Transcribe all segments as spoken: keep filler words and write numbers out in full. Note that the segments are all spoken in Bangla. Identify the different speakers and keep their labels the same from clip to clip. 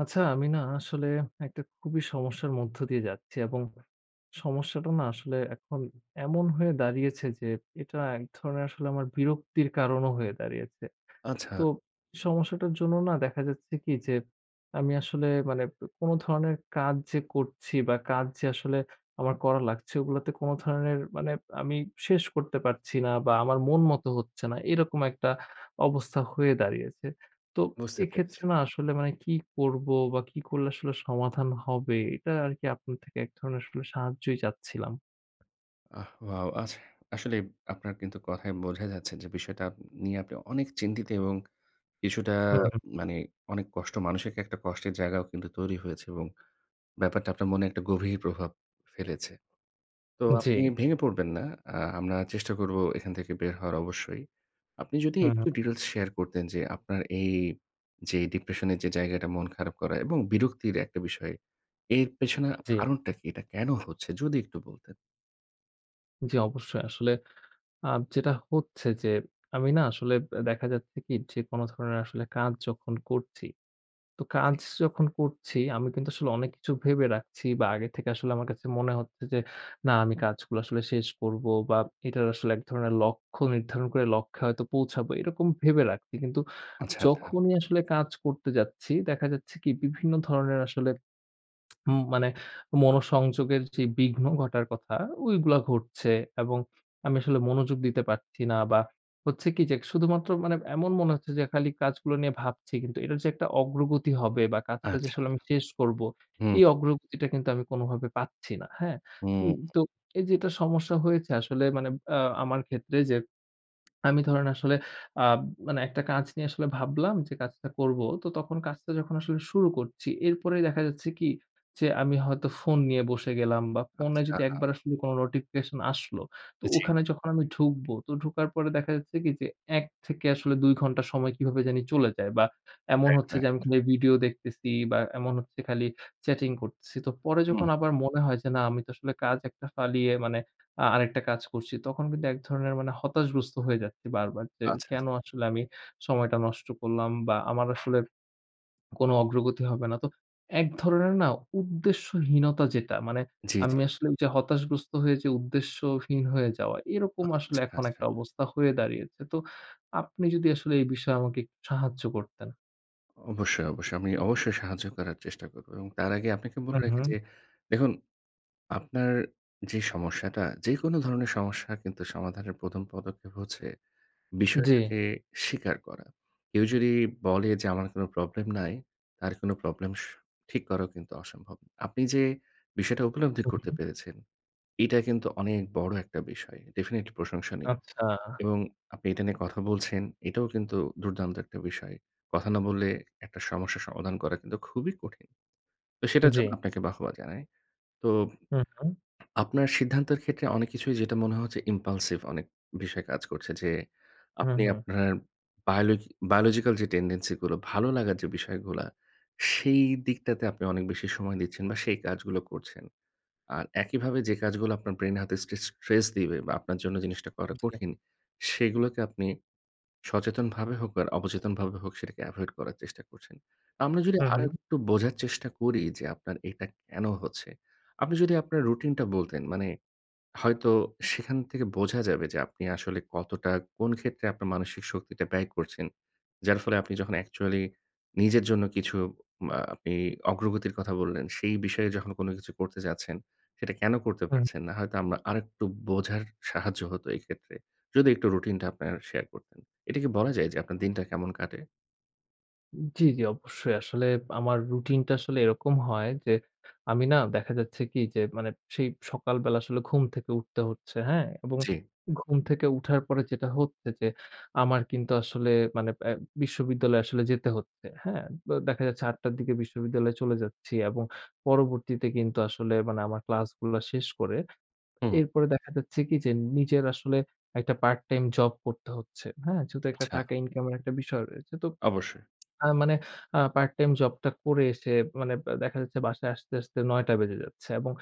Speaker 1: আচ্ছা, আমি না আসলে একটা খুবই সমস্যার মধ্য দিয়ে যাচ্ছি এবং সমস্যাটা না আসলে এখন এমন হয়ে দাঁড়িয়েছে যে, এটা এক ধরনের আসলে আমার বিরক্তির কারণও হয়ে দাঁড়িয়েছে।
Speaker 2: আচ্ছা,
Speaker 1: তো সমস্যাটার জন্য না দেখা যাচ্ছে কি যে, আমি আসলে মানে কোন ধরনের কাজ যে করছি বা কাজ যে আসলে আমার করা লাগছে ওগুলাতে কোন ধরনের মানে আমি শেষ করতে পারছি না বা আমার মন মতো হচ্ছে না। এরকম একটা অবস্থা হয়ে দাঁড়িয়েছে। তো
Speaker 2: বুঝতে পেরেছি।
Speaker 1: এক্ষেত্রে না আসলে মানে কি করব বা কি করলে আসলে সমাধান হবে? এটা আরকি আপনার থেকে এক ধরনের আসলে সাহায্যই চাচ্ছিলাম।
Speaker 2: আহ ওয়াও! আচ্ছা, আসলে আপনার কিন্তু কথায় বোঝা যাচ্ছে যে বিষয়টা আপ নিয়ে আপনি অনেক চিন্তিত এবং কিছুটা
Speaker 1: হুম, হুম।
Speaker 2: মানে অনেক কষ্ট মানসিক একটা কষ্টের জায়গাও কিন্তু তৈরি হয়েছে এবং ব্যাপারটা আপনার মনে একটা গভীর প্রভাব ফেলেছে। তো
Speaker 1: জি।
Speaker 2: আপনি ভেঙে পড়বেন না। আ আমরা চেষ্টা করব এখান থেকে বের হওয়ার অবশ্যই। আপনি যদি
Speaker 1: হুম,
Speaker 2: একটু
Speaker 1: হুম।
Speaker 2: ডিটেইলস শেয়ার করতেন যে আপনার এই যে ডিপ্রেশনের যে জায়গাটা মন খারাপ করা এবং বিরক্তির একটা বিষয়, এর পেছনে
Speaker 1: জি।
Speaker 2: কারণটা কি? এটা কেন হচ্ছে? যদি একটু বলতেন।
Speaker 1: জি, অবশ্যই আসলে আ যেটা হচ্ছে যে, আমি না আসলে আ দেখা যাচ্ছে কি যে কোনো ধরনের আসলে কাজ যখন করছি, তো কাজ যখন করছি আমি কিন্তু আসলে অনেক কিছু ভেবে রাখছি বা আগে থেকে আসলে আমার কাছে মনে হচ্ছে যে, না আমি কাজগুলো আসলে শেষ করব বা এটার আসলে এক ধরনের লক্ষ্য নির্ধারণ করে লক্ষ্যে হয়তো পৌঁছাবো এরকম ভেবে রাখছি। কিন্তু
Speaker 2: আচ্ছা, আচ্ছা,
Speaker 1: যখনই আসলে কাজ করতে যাচ্ছি দেখা যাচ্ছে কি বিভিন্ন ধরনের আসলে উম মানে মনোসংযোগের যে বিঘ্ন ঘটার কথা, ওইগুলা ঘটছে এবং আমি আসলে মনোযোগ দিতে পারছি না বা হচ্ছে কি যে শুধুমাত্র মানে এমন মনে হচ্ছে যে খালি কাজগুলো নিয়ে ভাবছি কিন্তু এটার যে একটা অগ্রগতি হবে বা কাজটা যে
Speaker 2: আচ্ছা।
Speaker 1: আসলে আমি শেষ করব,
Speaker 2: হুম,
Speaker 1: এই অগ্রগতিটা কিন্তু আমি কোনোভাবে পাচ্ছি না। হ্যাঁ?
Speaker 2: হুম,
Speaker 1: উম তো এই যে এটা সমস্যা হয়েছে আসলে মানে আ আমার ক্ষেত্রে যে আমি ধরেন আসলে আ মানে একটা কাজ নিয়ে আসলে ভাবলাম যে কাজটা করব। তো তখন কাজটা যখন আসলে শুরু করছি, এরপরেই দেখা যাচ্ছে কি যে আমি হয়তো ফোন নিয়ে বসে গেলাম বা ফোনে
Speaker 2: আচ্ছা।
Speaker 1: যদি একবার আসলে কোনো নোটিফিকেশন আসলো, তো
Speaker 2: জি,
Speaker 1: ওখানে যখন আমি ঢুকবো, তো ঢোকার পরে দেখা যাচ্ছে কি যে এক থেকে আসলে দুই ঘন্টা সময় কিভাবে জানি চলে যায় বা এমন
Speaker 2: রাইট,
Speaker 1: হচ্ছে যে
Speaker 2: রাইট।
Speaker 1: আমি খালি ভিডিও দেখতেছি বা এমন হচ্ছে খালি চ্যাটিং করতেছি। তো পরে
Speaker 2: হুম,
Speaker 1: যখন আবার মনে হয় যে না আমি তো আসলে কাজ একটা ফালিয়ে মানে আ আরেকটা কাজ করছি। তখন কিন্তু এক ধরনের মানে হতাশগ্রস্ত হয়ে যাচ্ছি বারবার যে,
Speaker 2: আচ্ছা, আচ্ছা।
Speaker 1: কেন আসলে আমি সময়টা নষ্ট করলাম বা আমার আসলে কোনো অগ্রগতি হবে না। তো এক ধরনের না উদ্দেশ্যহীনতা যেটা মানে
Speaker 2: জি, জি।
Speaker 1: আমি আসলে ওই যে হতাশগ্রস্ত হয়ে যে উদ্দেশ্যহীন হয়ে যাওয়া, এরকম আসলে
Speaker 2: আচ্ছা,
Speaker 1: এখন
Speaker 2: আচ্ছা।
Speaker 1: একটা অবস্থা হয়ে দাঁড়িয়েছে। তো আপনি যদি আসলে এই বিষয়ে আমাকে একটু সাহায্য করতেন।
Speaker 2: অবশ্যই, অবশ্যই। আমি অবশ্যই সাহায্য করার চেষ্টা করব। এবং তার আগে আপনাকে বলে
Speaker 1: হুম,
Speaker 2: রাখি
Speaker 1: হুম।
Speaker 2: যে দেখুন আপনার যে সমস্যাটা, যেকোনো ধরনের সমস্যা কিন্তু সমাধানের প্রথম পদক্ষেপ হচ্ছে
Speaker 1: জি।
Speaker 2: বিষয়টাকে স্বীকার করা। কেউ যদি বলে যে আমার কোনো প্রবলেম নাই, তার কোনো প্রবলেম স ঠিক করাও কিন্তু অসম্ভব। আপনি যে বিষয়টা উপলব্ধি
Speaker 1: হুম,
Speaker 2: করতে
Speaker 1: হুম।
Speaker 2: পেরেছেন এটা কিন্তু অনেক বড় একটা বিষয়। ডেফিনিটলি প্রশংসনীয়।
Speaker 1: আচ্ছা।
Speaker 2: এবং আপনি এটা নিয়ে কথা বলছেন, এটাও কিন্তু দুর্দান্ত একটা বিষয়। কথা না বললে একটা সমস্যার সমাধান করা কিন্তু খুবই কঠিন। তো সেটার
Speaker 1: জি।
Speaker 2: জন্য আপনাকে বাহবা জানাই। তো
Speaker 1: হুম, হুম।
Speaker 2: আপনার সিদ্ধান্তের ক্ষেত্রে অনেক কিছুই যেটা মনে হচ্ছে ইমপালসিভ অনেক বিষয় কাজ করছে যে,
Speaker 1: হুম,
Speaker 2: আপনি
Speaker 1: হুম।
Speaker 2: আপনার বায়োলজি বায়োলজিক্যাল যে টেনডেন্সি গুলো, ভালো লাগার যে বিষয়গুলা, সেই দিকটাতে আপনি অনেক বেশি সময় দিচ্ছেন বা সেই কাজগুলো করছেন। আর একইভাবে যে কাজগুলো আপনার ব্রেইন হাতে স্ট্রে স্ট্রেস দিবে বা আপনার জন্য জিনিসটা করা
Speaker 1: জি।
Speaker 2: কঠিন, সেগুলোকে আপনি সচেতনভাবে হোক আর অবচেতনভাবে হোক সেটাকে এভয়েড করার চেষ্টা করছেন। আমরা যদি
Speaker 1: হুম, হুম।
Speaker 2: আরেকটু বোঝার চেষ্টা করি যে আপনার এটা কেন হচ্ছে? আপনি যদি আপনার রুটিনটা বলতেন মানে হয়তো সেখান থেকে বোঝা যাবে যে আপনি আসলে কতটা কোন ক্ষেত্রে আপনার মানসিক শক্তিটা ব্যয় করছেন। যার ফলে আপনি যখন অ্যাকচুয়ালি নিজের জন্য কিছু আ আপনি অগ্রগতির কথা বললেন, সেই বিষয়ে যখন কোনো কিছু করতে যাচ্ছেন, সেটা কেন করতে
Speaker 1: হুম।
Speaker 2: পারছেন না? হয়তো আমরা আরেকটু বোঝার সাহায্য হতো এক্ষেত্রে। যদি একটু রুটিনটা আপনার শেয়ার করতেন। এটা কি বলা যায় যে আপনার দিনটা কেমন কাটে?
Speaker 1: জি, জি, অবশ্যই। আসলে আমার রুটিনটা আসলে এরকম হয় যে, আমি না দেখা যাচ্ছে কি যে, মানে সেই সকালবেলা আসলে ঘুম থেকে উঠতে হচ্ছে, হ্যাঁ? এবং
Speaker 2: জি,
Speaker 1: ঘুম থেকে উঠার পরে যেটা হচ্ছে যে, আমার কিন্তু আসলে মানে অ্যা বিশ্ববিদ্যালয়ে আসলে যেতে হচ্ছে, হ্যাঁ? ব দেখা যাচ্ছে আটটার টার দিকে বিশ্ববিদ্যালয়ে চলে যাচ্ছি এবং পরবর্তীতে কিন্তু আসলে মানে আমার ক্লাসগুলা শেষ করে
Speaker 2: হুম,
Speaker 1: এরপরে দেখা যাচ্ছে কি যে, নিজের আসলে একটা পার্ট টাইম জব করতে হচ্ছে, হ্যাঁ? যেহেতু একটা
Speaker 2: আচ্ছা।
Speaker 1: টাকা ইনকামের একটা বিষয় রয়েছে। তো
Speaker 2: অবশ্যই,
Speaker 1: আ মানে আ পার্ট টাইম জবটা করে এসে মানে বা দেখা যাচ্ছে বাসায় আসতে, আসতে নয়টা বেজে যাচ্ছে এবং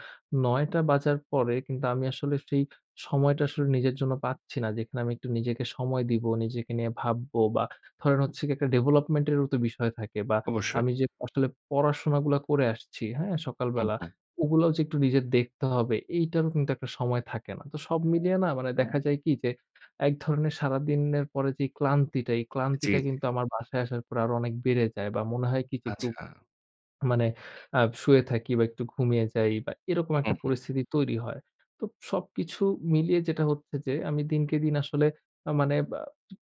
Speaker 1: নয়টা বাজার পরে কিন্তু আমি আসলে সেই সময়টা আসলে নিজের জন্য পাচ্ছি না। যেখানে আমি একটু নিজেকে সময় দিব, নিজেকে নিয়ে ভাববো বা ধরেন হচ্ছে গিয়ে একটা ডেভেলপমেন্ট এরও তো বিষয় থাকে বা
Speaker 2: অবশ্যই।
Speaker 1: আমি যে আসলে পড়াশোনাগুলা করে আসছি, হ্যাঁ?
Speaker 2: হুম,
Speaker 1: সকালবেলা
Speaker 2: হুম।
Speaker 1: ওগুলাও যে একটু নিজের দেখতে হবে এইটারও কিন্তু একটা সময় থাকে না। তো সব মিলিয়ে না মানে দেখা যায় কি যে এক ধরনের সারাদিনের পরে যে ক্লান্তিটা, এই
Speaker 2: জি,
Speaker 1: ক্লান্তিটা
Speaker 2: জি।
Speaker 1: কিন্তু আমার বাসায় আসার পর আরো অনেক বেড়ে যায় বা মনে হয় কি যে একটু
Speaker 2: আচ্ছা।
Speaker 1: মানে আ শুয়ে থাকি বা একটু ঘুমিয়ে যাই বা এরকম একটা
Speaker 2: হুম, হুম।
Speaker 1: পরিস্থিতি তৈরি হয়। তো সবকিছু মিলিয়ে যেটা হচ্ছে যে আমি দিনকে দিন আসলে আ মানে বা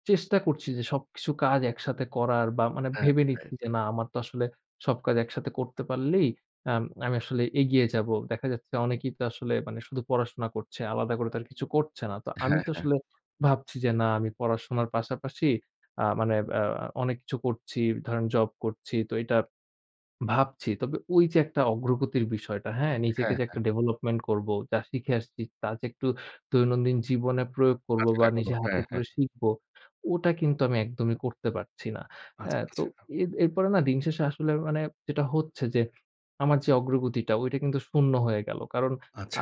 Speaker 1: চেষ্টা করছি যে সবকিছু কাজ একসাথে করার বা মানে
Speaker 2: রাইট,
Speaker 1: ভেবে নিচ্ছি
Speaker 2: রাইট।
Speaker 1: যে না আমার তো আসলে সব কাজ একসাথে করতে পারলেই আম আমি আসলে এগিয়ে যাবো। দেখা যাচ্ছে অনেকেই তো আসলে মানে শুধু পড়াশোনা করছে, আলাদা করে তো আর কিছু করছে না। তো আমি তো আসলে ভাবছি যে না আমি পড়াশোনার পাশাপাশি আ মানে আ অনেক কিছু করছি, ধরেন জব করছি। তো এটা ভাবছি। তবে ওই যে একটা অগ্রগতির বিষয়টা, হ্যাঁ? নিজেকে
Speaker 2: হ্যাঁ,
Speaker 1: যে একটা ডেভেলপমেন্ট করব, যা শিখে আসছি, তা যে একটু দৈনন্দিন জীবনে প্রয়োগ করব
Speaker 2: কাজে
Speaker 1: বা
Speaker 2: লাগাবো।
Speaker 1: নিজে
Speaker 2: হ্যাঁ,
Speaker 1: হাতে
Speaker 2: হ্যাঁ।
Speaker 1: করে শিখব, ওটা কিন্তু আমি একদমই করতে পারছি না।
Speaker 2: আচ্ছা,
Speaker 1: হ্যাঁ? তো
Speaker 2: আচ্ছা,
Speaker 1: এর এরপরে না দিন শেষে আসলে মানে যেটা হচ্ছে যে, আমার যে অগ্রগতিটা ওইটা কিন্তু শূন্য হয়ে গেল। কারণ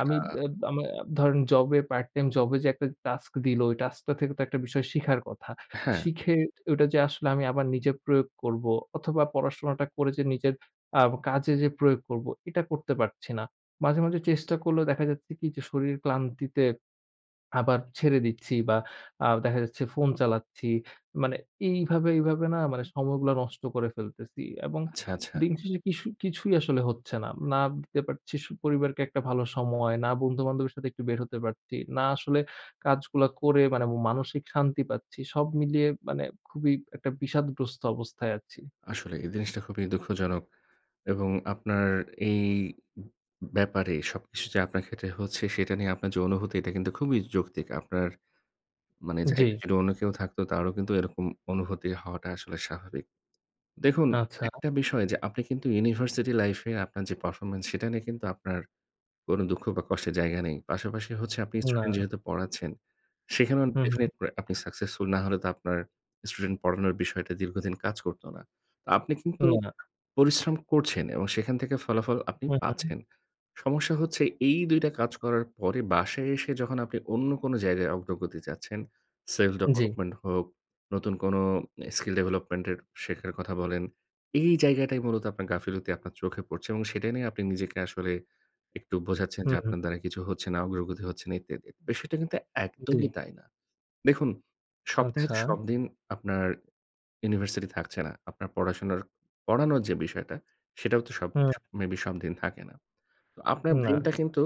Speaker 1: আমি এব আমা ধরেন জবে পার্ট টাইম জবে যে একটা টাস্ক দিল, ওই টাস্কটা থেকে তো একটা বিষয় শিখার কথা।
Speaker 2: হ্যাঁ,
Speaker 1: শিখে ওটা যে আসলে আমি আবার নিজে প্রয়োগ করব অথবা পড়াশোনাটা করে যে নিজের আ কাজে যে প্রয়োগ করব, এটা করতে পারছি না। মাঝে, মাঝে চেষ্টা করলেও দেখা যাচ্ছে কি যে শরীর ক্লান্তিতে আবার ছেড়ে দিচ্ছি বা আ দেখা যাচ্ছে ফোন চালাচ্ছি। মানে এইভাবে, এইভাবে না মানে সময়গুলা নষ্ট করে ফেলতেছি এবং
Speaker 2: আচ্ছা, আচ্ছা।
Speaker 1: দিন শেষে কিছু কিছুই আসলে হচ্ছে না। না দিতে পারছি সু পরিবারকে একটা ভালো সময়, না বন্ধু-বান্ধবের সাথে একটু বের হতে পারছি, না আসলে কাজগুলা করে মানে মানসিক শান্তি পাচ্ছি। সব মিলিয়ে মানে খুবই একটা বিষাদগ্রস্ত অবস্থায় আছি।
Speaker 2: আসলে এই জিনিসটা খুবই দুঃখজনক এবং আপনার এই ব্যাপারে সবকিছু যে আপনার ক্ষেত্রে হচ্ছে সেটা নিয়ে আপনার যে অনুভূতি এটা কিন্তু খুবই যৌক্তিক। আপনার মানে
Speaker 1: জি,
Speaker 2: জায়গায় যদি অন্য কেউ থাকতো তারও কিন্তু এরকম অনুভূতি হওয়াটা আসলে স্বাভাবিক। দেখুন
Speaker 1: আচ্ছা,
Speaker 2: একটা বিষয় যে আপনি কিন্তু ইউনিভার্সিটি লাইফ এ আপনার যে পারফরম্যান্স সেটা নিয়ে কিন্তু আপনার কোনো দুঃখ বা কষ্টের জায়গা নেই। পাশাপাশি হচ্ছে আপনি
Speaker 1: না।
Speaker 2: স্টুডেন্ট যেহেতু পড়াচ্ছেন, সেখানেও
Speaker 1: হুম।
Speaker 2: ডেফিনিট করে আপনি সাকসেসফুল না হলে তো আপনার স্টুডেন্ট পড়ানোর বিষয়টা দীর্ঘদিন কাজ করত না। তো আপনি কিন্তু
Speaker 1: না।
Speaker 2: পরিশ্রম করছেন এবং সেখান থেকে ফলাফল আপনি
Speaker 1: হু, হু।
Speaker 2: পাচ্ছেন। সমস্যা হচ্ছে এই দুই টা কাজ করার পরে বাসায় এসে যখন আপনি অন্য কোনো জায়গায় অগ্রগতি চাচ্ছেন, self
Speaker 1: জি।
Speaker 2: development হোক, নতুন কোনো স্কিল ডেভেলপমেন্ট এর শেখার কথা বলেন, এই জায়গাটাই মূলত আপনার গাফিলতি আপনার চোখে পড়ছে এবং সেটা নিয়ে আপনি নিজেকে আসলে একটু বোঝাচ্ছেন
Speaker 1: হু,
Speaker 2: যে
Speaker 1: হু।
Speaker 2: আপনার দ্বারা কিছু হচ্ছে না, অগ্রগতি হচ্ছে না ইত্যাদি। বিষয়টা কিন্তু
Speaker 1: জি।
Speaker 2: একদমই তাই না। দেখুন সপ্তাহে তো
Speaker 1: আচ্ছা।
Speaker 2: সব দিন আপনার ইউনিভার্সিটি থাকছে না। আপনার পড়াশোনার পড়ানোর যে বিষয়টা, সেটাও তো সব
Speaker 1: হুম,
Speaker 2: মেবি সব দিন থাকে না। তো আপনার
Speaker 1: না।
Speaker 2: ব্রেইনটা কিন্তু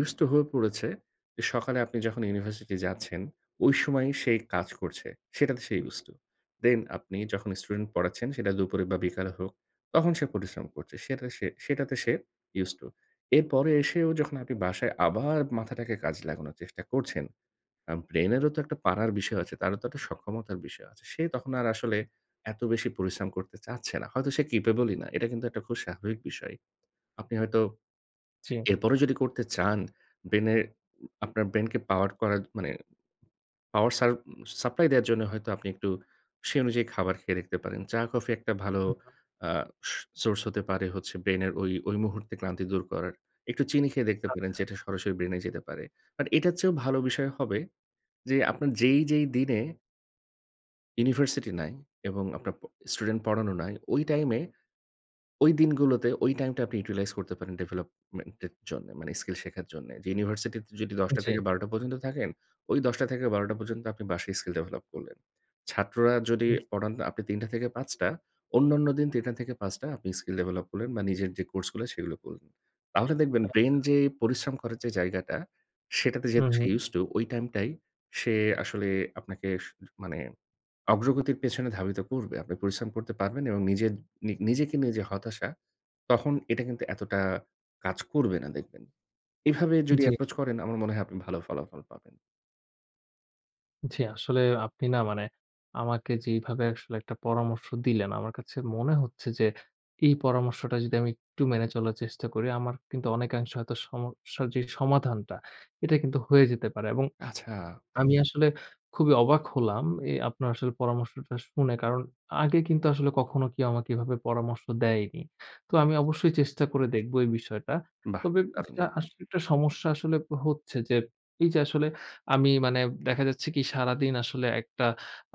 Speaker 2: used to হয়ে পড়েছে যে সকালে আপনি যখন ইউনিভার্সিটি যাচ্ছেন, ওই সময়ই সে কাজ করছে। সেটাতে সে used to। দেন আপনি যখন স্টুডেন্ট পড়াচ্ছেন, সেটা দুপুরে বা বিকালে হোক, তখন সে পরিশ্রম করছে। সেটা সে সেটাতে সে used to। এরপরে এসেও যখন আপনি বাসায় আবার মাথাটাকে কাজে লাগানোর চেষ্টা করছেন, আ ব্রেইনেরও তো একটা পারার বিষয় আছে। তারও তো একটা সক্ষমতার বিষয় আছে। সে তখন আর আসলে এত বেশি পরিশ্রম করতে চাচ্ছে না। হয়তো সে ক্যাপেবলই না। এটা কিন্তু একটা খুব স্বাভাবিক বিষয়। আপনি হয়তো
Speaker 1: জি।
Speaker 2: এরপরও যদি করতে চান, ব্রেইনে আপনার ব্রেইনকে পাওয়ার করার মানে পাওয়ার সার সাপ্লাই দেওয়ার জন্য হয়তো আপনি একটু সেই অনুযায়ী খাবার খেয়ে দেখতে পারেন। চা, কফি একটা ভালো
Speaker 1: হু, হু।
Speaker 2: আ স সোর্স হতে পারে হচ্ছে ব্রেইনের ওই, ওই মুহূর্তে ক্লান্তি দূর করার। একটু চিনি খেয়ে দেখতে পারেন
Speaker 1: আচ্ছা।
Speaker 2: যেটা সরাসরি ব্রেইনে যেতে পারে। বাট এটার চেয়েও ভালো বিষয় হবে যে আপনার যেই, যেই দিনে ইউনিভার্সিটি নাই এবং আপনার প স্টুডেন্ট পড়ানো নাই, ওই টাইমে ওই দিনগুলোতে ওই টাইমটা আপনি ইউটিলাইজ করতে পারেন ডেভেলপমেন্টের জন্যে, মানে স্কিল শেখার জন্যে। যে ইউনিভার্সিটিতে যদি দশটা
Speaker 1: জি।
Speaker 2: থেকে বারোটা পর্যন্ত থাকেন, ওই দশটা থেকে বারোটা পর্যন্ত আপনি বাসায় স্কিল ডেভেলপ করলেন। ছাত্ররা যদি
Speaker 1: হুম।
Speaker 2: পড়ান আপনি তিনটা থেকে পাঁচটা, অন্যান্য দিন তিনটা থেকে পাঁচটা আপনি স্কিল ডেভেলপ করলেন বা নিজের যে কোর্সগুলো সেগুলো করলেন। তাহলে দেখবেন
Speaker 1: আ
Speaker 2: ব্রেইন যে পরিশ্রম করার যে জায়গাটা, সেটাতে
Speaker 1: হু,
Speaker 2: যেহেতু সে
Speaker 1: হু।
Speaker 2: ইউজড টু ওই টাইমটাই সে আসলে আপনাকে স মানে অগ্রগতির পেছনে ধাবিত করবে। আপনি পরিশ্রম করতে পারবেন এবং নিজের নি নিজেকে নিয়ে যে হতাশা, তখন এটা কিন্তু এতটা কাজ করবে না দেখবেন। এভাবে যদি
Speaker 1: জি,
Speaker 2: অ্যাপ্রোচ করেন আমার মনে হয় আপনি ভালো ফলাফল পাবেন।
Speaker 1: জি। আসলে আপনি না মানে আমাকে যেইভাবে আসলে একটা পরামর্শ দিলেন, আমার কাছে মনে হচ্ছে যে এই পরামর্শটা যদি আমি একটু মেনে চলার চেষ্টা করি, আমার কিন্তু অনেকাংশে হয়তো সমস্যার যে সমাধানটা, এটা কিন্তু হয়ে যেতে পারে এবং
Speaker 2: আচ্ছা,
Speaker 1: আমি আসলে খুবই অবাক হলাম এ আপনার আসলে পরামর্শটা শুনে। কারণ আগে কিন্তু আসলে কখনো কেউ আমাকে এভাবে পরামর্শ দেয়নি। তো আমি অবশ্যই চেষ্টা করে দেখব এই বিষয়টা।
Speaker 2: বাহ!
Speaker 1: তবে
Speaker 2: দারুণ।
Speaker 1: যেটা আসলে একটা সমস্যা আসলে হচ্ছে যে, এই যে আসলে আমি মানে দেখা যাচ্ছে কি সারাদিন আসলে একটা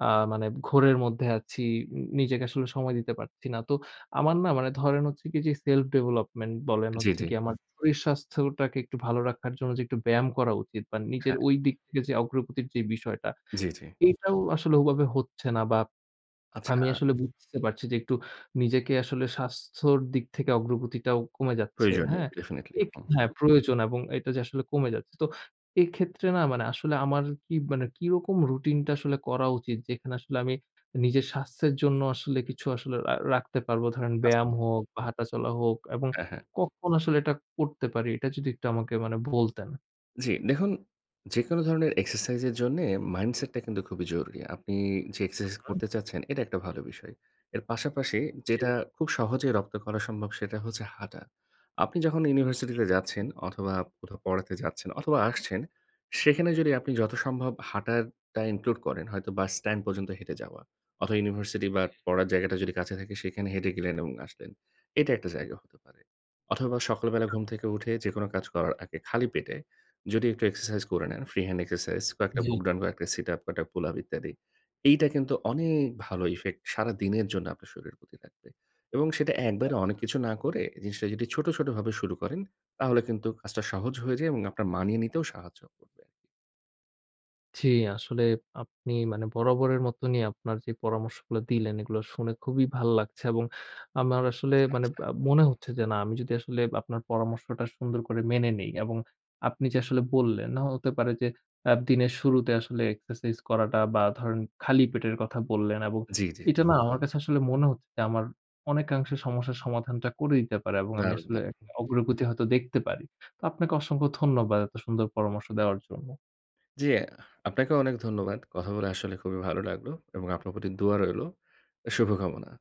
Speaker 1: আ মানে ঘোরের মধ্যে আছি। নি নিজেকে আসলে সময় দিতে পারছি না। তো আমার না মানে ধরেন হচ্ছে কি যে self development বলেন
Speaker 2: জি, জি।
Speaker 1: হচ্ছে
Speaker 2: জি, জি।
Speaker 1: গিয়ে আমার হুম। শরীর স্বাস্থ্যটাকে একটু ভালো রাখার জন্য যে একটু ব্যায়াম করা উচিত বা নিজের
Speaker 2: হ্যাঁ,
Speaker 1: ওই দিক থেকে যে অগ্রগতির যে বিষয়টা,
Speaker 2: জি, জি।
Speaker 1: এইটাও আসলে ওভাবে হচ্ছে না বা
Speaker 2: আচ্ছা।
Speaker 1: আমি আসলে বুঝতে পারছি যে একটু নিজেকে আসলে স্বাস্থ্যর দিক থেকে অগ্রগতিটাও কমে যাচ্ছে,
Speaker 2: প্রয়োজনীয়
Speaker 1: হ্যাঁ?
Speaker 2: ডেফিনিটলি।
Speaker 1: এক
Speaker 2: হুম।
Speaker 1: হ্যাঁ, প্রয়োজন এবং এটা যে আসলে কমে যাচ্ছে। তো এক্ষেত্রে না মানে আসলে আমার কি মানে কিরকম রুটিনটা আসলে করা উচিত? যেখানে আসলে আমি নিজের স্বাস্থ্যের জন্য আসলে কিছু আসলে রা রাখতে পারবো। ধরেন
Speaker 2: আচ্ছা।
Speaker 1: ব্যায়াম হোক বা হাঁটাচলা হোক এবং
Speaker 2: হ্যাঁ, হ্যাঁ।
Speaker 1: কখন আসলে এটা করতে পারি? এটা যদি একটু আমাকে মানে বলতেন।
Speaker 2: জি, দেখুন যেকোনো ধরনের এক্সারসাইজের জন্যে মাইন্ডসেটটা কিন্তু খুবই জরুরি। আপনি যে এক্সারসাইজ
Speaker 1: হুম,
Speaker 2: করতে চাচ্ছেন এটা একটা ভালো বিষয়। এর পাশাপাশি
Speaker 1: জি,
Speaker 2: যেটা খুব সহজেই রপ্ত করা সম্ভব সেটা হচ্ছে হাঁটা। আপনি যখন ইউনিভার্সিটিতে যাচ্ছেন অথবা কোথাও পড়াতে যাচ্ছেন অথবা আসছেন, সেখানে যদি আপনি যত সম্ভব হাঁটাটা ইনক্লুড করেন হয়তো বাস স্ট্যান্ড পর্যন্ত হেঁটে যাওয়া অথবা ইউনিভার্সিটি বা পড়ার জায়গাটা যদি কাছে থাকে সেখানে হেঁটে গেলেন এবং আসলেন। এটা একটা জায়গা হতে পারে। অথবা সকালবেলা ঘুম থেকে উঠে যেকোনো কাজ করার আগে খালি পেটে যদি একটু এক্সারসাইজ করে নেন, ফ্রি হ্যান্ড এক্সারসাইজ, কয়েকটা
Speaker 1: হুম,
Speaker 2: বুক ডাউন, কয়েকটা সিট আপ, কয়েকটা পুল আপ ইত্যাদি। এইটা কিন্তু অনেক ভালো ইফেক্ট সারাদিনের জন্য আপনার শরীরের প্রতি লাগবে। এবং সেটা একবারে অনেক
Speaker 1: জি।
Speaker 2: কিছু না করে জিনিসটা যদি ছোট, ছোট ভাবে শুরু করেন তাহলে কিন্তু কাজটা সহজ হয়ে যায় এবং আপনার মানিয়ে নিতেও সাহায্য করবে।
Speaker 1: জি, আসলে আপনি মানে বরাবরের মতনই আপনার যে পরামর্শগুলো দিলেন, এগুলো শুনে খুবই ভাল লাগছে এবং আমার আসলে
Speaker 2: আচ্ছা,
Speaker 1: মানে
Speaker 2: আচ্ছা।
Speaker 1: আ মনে হচ্ছে যে না, আমি যদি আসলে আপনার পরামর্শটা সুন্দর করে মেনে নেই এবং আপনি যে আসলে বললেন, না হতে পারে যে আ দিনের শুরুতে আসলে এক্সারসাইজ করাটা বা ধরেন খালি পেটের কথা বললেন এবং
Speaker 2: জি, জি।
Speaker 1: এটা না হুম। আমার কাছে আসলে মনে হচ্ছে যে আমার অনেকাংশে সমস্যার সমাধানটা করে দিতে পারে এবং আমি
Speaker 2: দারুণ,
Speaker 1: আসলে
Speaker 2: দারুণ।
Speaker 1: একটা অগ্রগতি হয়তো দেখতে পারি। তো আপনাকে অসংখ্য ধন্যবাদ এত সুন্দর পরামর্শ দেওয়ার জন্য।
Speaker 2: জি, আপনাকেও অনেক ধন্যবাদ। কথা বলে আসলে খুবই ভালো লাগলো এবং আপনার প্রতি দোয়া রইলো। শুভকামনা।